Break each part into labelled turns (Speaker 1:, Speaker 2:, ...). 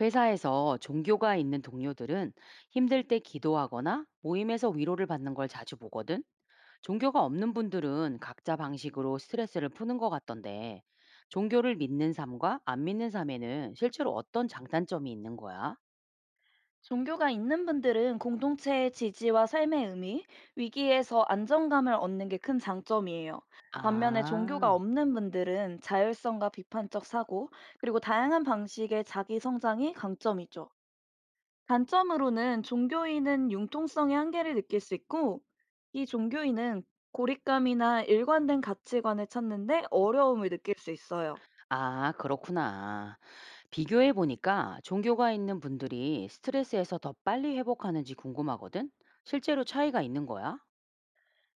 Speaker 1: 회사에서 종교가 있는 동료들은 힘들 때 기도하거나 모임에서 위로를 받는 걸 자주 보거든. 종교가 없는 분들은 각자 방식으로 스트레스를 푸는 것 같던데, 종교를 믿는 삶과 안 믿는 삶에는 실제로 어떤 장단점이 있는 거야?
Speaker 2: 종교가 있는 분들은 공동체의 지지와 삶의 의미, 위기에서 안정감을 얻는 게 큰 장점이에요. 반면에
Speaker 1: 아,
Speaker 2: 종교가 없는 분들은 자율성과 비판적 사고, 그리고 다양한 방식의 자기 성장이 강점이죠. 단점으로는 종교인은 융통성의 한계를 느낄 수 있고, 이 종교인은 고립감이나 일관된 가치관을 찾는데 어려움을 느낄 수 있어요.
Speaker 1: 그렇구나. 비교해 보니까 종교가 있는 분들이 스트레스에서 더 빨리 회복하는지 궁금하거든? 실제로 차이가 있는 거야?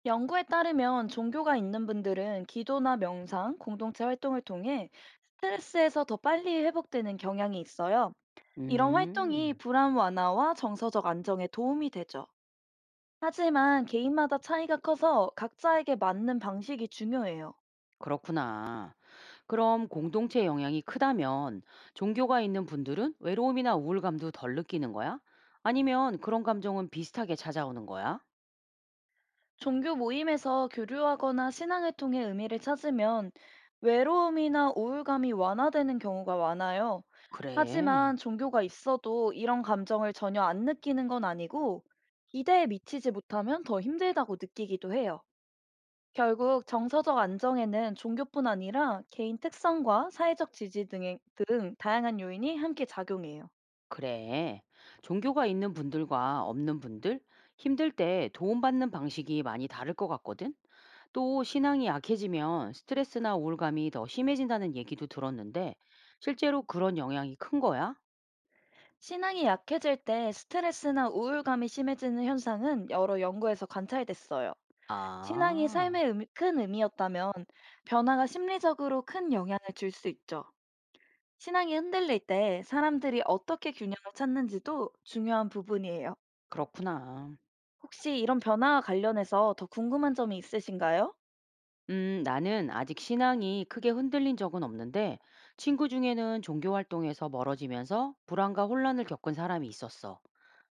Speaker 2: 연구에 따르면 종교가 있는 분들은 기도나 명상, 공동체 활동을 통해 스트레스에서 더 빨리 회복되는 경향이 있어요. 이런 활동이
Speaker 1: 음,
Speaker 2: 불안 완화와 정서적 안정에 도움이 되죠. 하지만 개인마다 차이가 커서 각자에게 맞는 방식이 중요해요.
Speaker 1: 그렇구나. 그럼 공동체 영향이 크다면 종교가 있는 분들은 외로움이나 우울감도 덜 느끼는 거야? 아니면 그런 감정은 비슷하게 찾아오는 거야?
Speaker 2: 종교 모임에서 교류하거나 신앙을 통해 의미를 찾으면 외로움이나 우울감이 완화되는 경우가 많아요.
Speaker 1: 그래,
Speaker 2: 하지만 종교가 있어도 이런 감정을 전혀 안 느끼는 건 아니고 기대에 미치지 못하면 더 힘들다고 느끼기도 해요. 결국 정서적 안정에는 종교뿐 아니라 개인 특성과 사회적 지지 등 다양한 요인이 함께 작용해요.
Speaker 1: 그래. 종교가 있는 분들과 없는 분들, 힘들 때 도움받는 방식이 많이 다를 것 같거든? 또 신앙이 약해지면 스트레스나 우울감이 더 심해진다는 얘기도 들었는데, 실제로 그런 영향이 큰 거야?
Speaker 2: 신앙이 약해질 때 스트레스나 우울감이 심해지는 현상은 여러 연구에서 관찰됐어요.
Speaker 1: 아,
Speaker 2: 큰 의미였다면 변화가 심리적으로 큰 영향을 줄 수 있죠. 신앙이 흔들릴 때 사람들이 어떻게 균형을 찾는지도 중요한 부분이에요.
Speaker 1: 그렇구나.
Speaker 2: 혹시 이런 변화와 관련해서 더 궁금한 점이 있으신가요?
Speaker 1: 나는 아직 신앙이 크게 흔들린 적은 없는데 친구 중에는 종교 활동에서 멀어지면서 불안과 혼란을 겪은 사람이 있었어.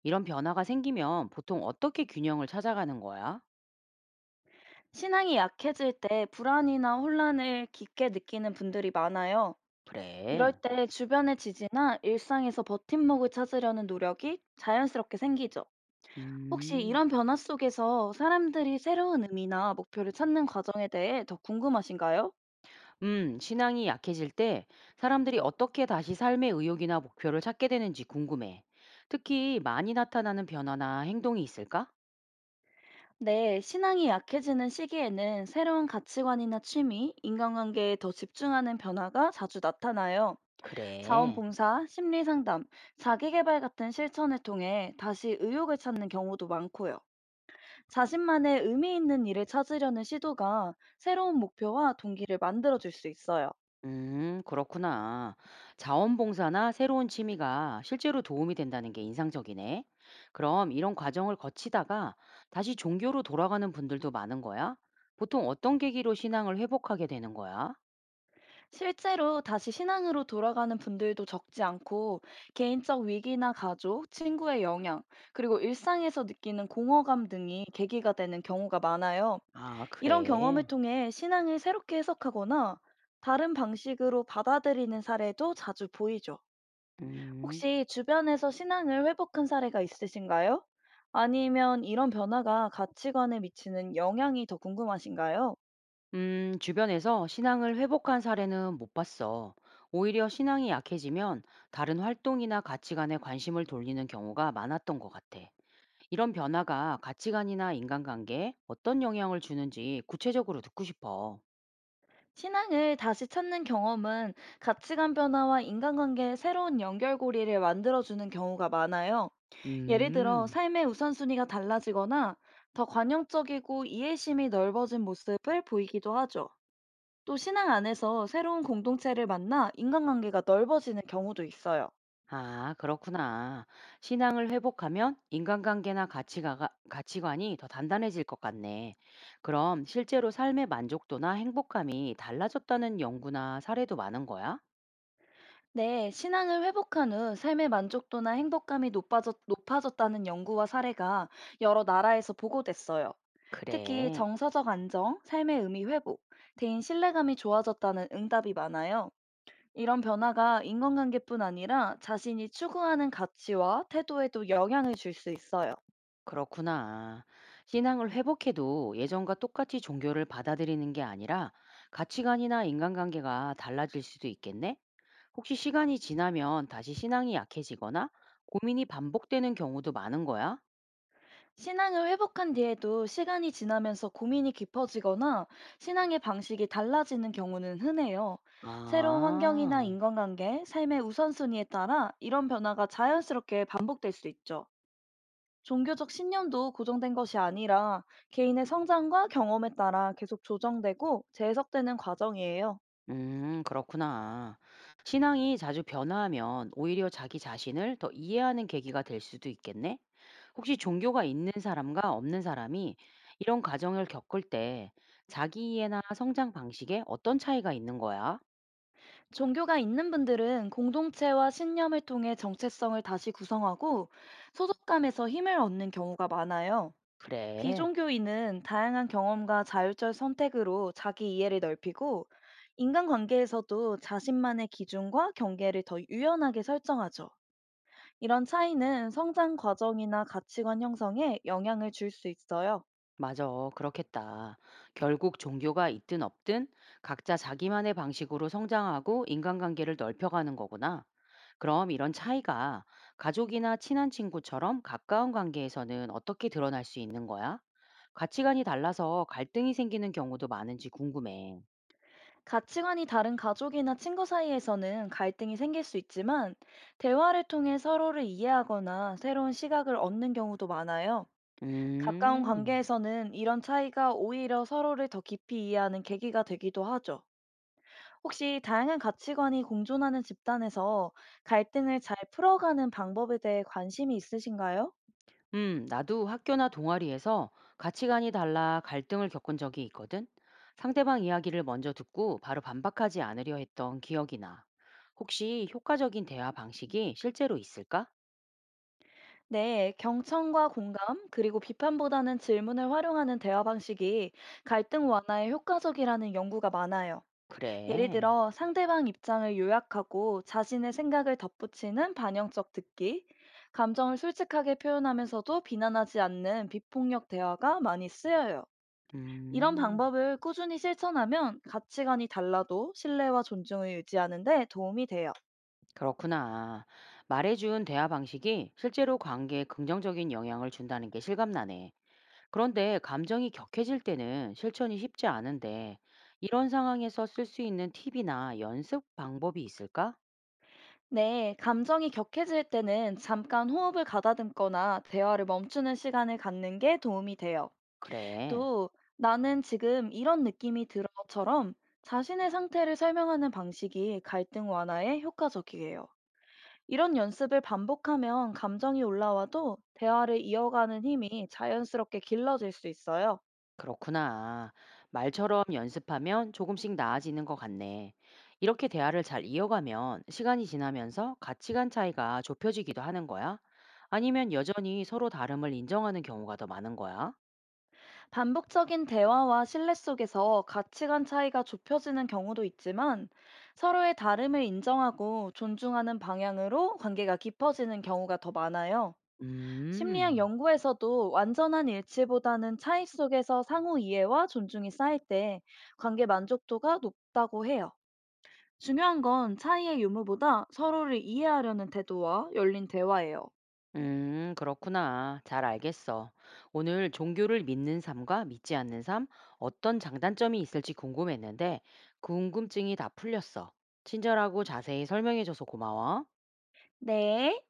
Speaker 1: 이런 변화가 생기면 보통 어떻게 균형을 찾아가는 거야?
Speaker 2: 신앙이 약해질 때 불안이나 혼란을 깊게 느끼는 분들이 많아요. 이럴
Speaker 1: 그래.
Speaker 2: 때 주변의 지지나 일상에서 버팀목을 찾으려는 노력이 자연스럽게 생기죠. 혹시
Speaker 1: 음,
Speaker 2: 이런 변화 속에서 사람들이 새로운 의미나 목표를 찾는 과정에 대해 더 궁금하신가요?
Speaker 1: 신앙이 약해질 때 사람들이 어떻게 다시 삶의 의욕이나 목표를 찾게 되는지 궁금해. 특히 많이 나타나는 변화나 행동이 있을까?
Speaker 2: 네, 신앙이 약해지는 시기에는 새로운 가치관이나 취미, 인간관계에 더 집중하는 변화가 자주 나타나요.
Speaker 1: 그래.
Speaker 2: 자원봉사, 심리상담, 자기개발 같은 실천을 통해 다시 의욕을 찾는 경우도 많고요. 자신만의 의미 있는 일을 찾으려는 시도가 새로운 목표와 동기를 만들어줄 수 있어요.
Speaker 1: 그렇구나. 자원봉사나 새로운 취미가 실제로 도움이 된다는 게 인상적이네. 그럼 이런 과정을 거치다가 다시 종교로 돌아가는 분들도 많은 거야? 보통 어떤 계기로 신앙을 회복하게 되는 거야?
Speaker 2: 실제로 다시 신앙으로 돌아가는 분들도 적지 않고 개인적 위기나 가족, 친구의 영향, 그리고 일상에서 느끼는 공허감 등이 계기가 되는 경우가 많아요.
Speaker 1: 아,
Speaker 2: 이런 경험을
Speaker 1: 그래.
Speaker 2: 통해 신앙을 새롭게 해석하거나 다른 방식으로 받아들이는 사례도 자주 보이죠.
Speaker 1: 음.
Speaker 2: 혹시 주변에서 신앙을 회복한 사례가 있으신가요? 아니면 이런 변화가 가치관에 미치는 영향이 더 궁금하신가요?
Speaker 1: 주변에서 신앙을 회복한 사례는 못 봤어. 오히려 신앙이 약해지면 다른 활동이나 가치관에 관심을 돌리는 경우가 많았던 것 같아. 이런 변화가 가치관이나 인간관계에 어떤 영향을 주는지 구체적으로 듣고 싶어.
Speaker 2: 신앙을 다시 찾는 경험은 가치관 변화와 인간관계의 새로운 연결고리를 만들어주는 경우가 많아요. 예를 들어
Speaker 1: 음,
Speaker 2: 삶의 우선순위가 달라지거나 더 관용적이고 이해심이 넓어진 모습을 보이기도 하죠. 또 신앙 안에서 새로운 공동체를 만나 인간관계가 넓어지는 경우도 있어요.
Speaker 1: 아, 그렇구나. 신앙을 회복하면 인간관계나 가치관이 더 단단해질 것 같네. 그럼 실제로 삶의 만족도나 행복감이 달라졌다는 연구나 사례도 많은 거야?
Speaker 2: 네, 신앙을 회복한 후 삶의 만족도나 행복감이 높아졌다는 연구와 사례가 여러 나라에서 보고됐어요. 특히
Speaker 1: 그래,
Speaker 2: 정서적 안정, 삶의 의미 회복, 대인 신뢰감이 좋아졌다는 응답이 많아요. 이런 변화가 인간관계뿐 아니라 자신이 추구하는 가치와 태도에도 영향을 줄 수 있어요.
Speaker 1: 그렇구나. 신앙을 회복해도 예전과 똑같이 종교를 받아들이는 게 아니라 가치관이나 인간관계가 달라질 수도 있겠네? 혹시 시간이 지나면 다시 신앙이 약해지거나 고민이 반복되는 경우도 많은 거야?
Speaker 2: 신앙을 회복한 뒤에도 시간이 지나면서 고민이 깊어지거나 신앙의 방식이 달라지는 경우는 흔해요. 새로운 환경이나
Speaker 1: 아,
Speaker 2: 인간관계, 삶의 우선순위에 따라 이런 변화가 자연스럽게 반복될 수 있죠. 종교적 신념도 고정된 것이 아니라 개인의 성장과 경험에 따라 계속 조정되고 재해석되는 과정이에요.
Speaker 1: 그렇구나. 신앙이 자주 변화하면 오히려 자기 자신을 더 이해하는 계기가 될 수도 있겠네? 혹시 종교가 있는 사람과 없는 사람이 이런 과정을 겪을 때 자기 이해나 성장 방식에 어떤 차이가 있는 거야?
Speaker 2: 종교가 있는 분들은 공동체와 신념을 통해 정체성을 다시 구성하고 소속감에서 힘을 얻는 경우가 많아요.
Speaker 1: 그래.
Speaker 2: 비종교인은 다양한 경험과 자율적 선택으로 자기 이해를 넓히고 인간관계에서도 자신만의 기준과 경계를 더 유연하게 설정하죠. 이런 차이는 성장 과정이나 가치관 형성에 영향을 줄 수 있어요.
Speaker 1: 맞아. 그렇겠다. 결국 종교가 있든 없든 각자 자기만의 방식으로 성장하고 인간관계를 넓혀가는 거구나. 그럼 이런 차이가 가족이나 친한 친구처럼 가까운 관계에서는 어떻게 드러날 수 있는 거야? 가치관이 달라서 갈등이 생기는 경우도 많은지 궁금해.
Speaker 2: 가치관이 다른 가족이나 친구 사이에서는 갈등이 생길 수 있지만 대화를 통해 서로를 이해하거나 새로운 시각을 얻는 경우도 많아요. 가까운
Speaker 1: 음.
Speaker 2: 관계에서는 이런 차이가 오히려 서로를 더 깊이 이해하는 계기가 되기도 하죠. 혹시 다양한 가치관이 공존하는 집단에서 갈등을 잘 풀어가는 방법에 대해 관심이 있으신가요?
Speaker 1: 나도 학교나 동아리에서 가치관이 달라 갈등을 겪은 적이 있거든. 상대방 이야기를 먼저 듣고 바로 반박하지 않으려 했던 기억이 나. 혹시 효과적인 대화 방식이 실제로 있을까?
Speaker 2: 네, 경청과 공감, 그리고 비판보다는 질문을 활용하는 대화 방식이 갈등 완화에 효과적이라는 연구가 많아요. 예를
Speaker 1: 그래.
Speaker 2: 들어, 상대방 입장을 요약하고 자신의 생각을 덧붙이는 반영적 듣기, 감정을 솔직하게 표현하면서도 비난하지 않는 비폭력 대화가 많이 쓰여요. 이런
Speaker 1: 음,
Speaker 2: 방법을 꾸준히 실천하면 가치관이 달라도 신뢰와 존중을 유지하는 데 도움이 돼요.
Speaker 1: 그렇구나. 말해준 대화 방식이 실제로 관계에 긍정적인 영향을 준다는 게 실감나네. 그런데 감정이 격해질 때는 실천이 쉽지 않은데, 이런 상황에서 쓸 수 있는 팁이나 연습 방법이 있을까?
Speaker 2: 네, 감정이 격해질 때는 잠깐 호흡을 가다듬거나 대화를 멈추는 시간을 갖는 게 도움이 돼요.
Speaker 1: 그래.
Speaker 2: 또, 나는 지금 이런 느낌이 들어처럼 자신의 상태를 설명하는 방식이 갈등 완화에 효과적이에요. 이런 연습을 반복하면 감정이 올라와도 대화를 이어가는 힘이 자연스럽게 길러질 수 있어요.
Speaker 1: 그렇구나. 말처럼 연습하면 조금씩 나아지는 것 같네. 이렇게 대화를 잘 이어가면 시간이 지나면서 가치관 차이가 좁혀지기도 하는 거야? 아니면 여전히 서로 다름을 인정하는 경우가 더 많은 거야?
Speaker 2: 반복적인 대화와 신뢰 속에서 가치관 차이가 좁혀지는 경우도 있지만 서로의 다름을 인정하고 존중하는 방향으로 관계가 깊어지는 경우가 더 많아요. 심리학
Speaker 1: 음,
Speaker 2: 연구에서도 완전한 일치보다는 차이 속에서 상호 이해와 존중이 쌓일 때 관계 만족도가 높다고 해요. 중요한 건 차이의 유무보다 서로를 이해하려는 태도와 열린 대화예요.
Speaker 1: 그렇구나. 잘 알겠어. 오늘 종교를 믿는 삶과 믿지 않는 삶, 어떤 장단점이 있을지 궁금했는데, 궁금증이 다 풀렸어. 친절하고 자세히 설명해줘서 고마워.
Speaker 2: 네.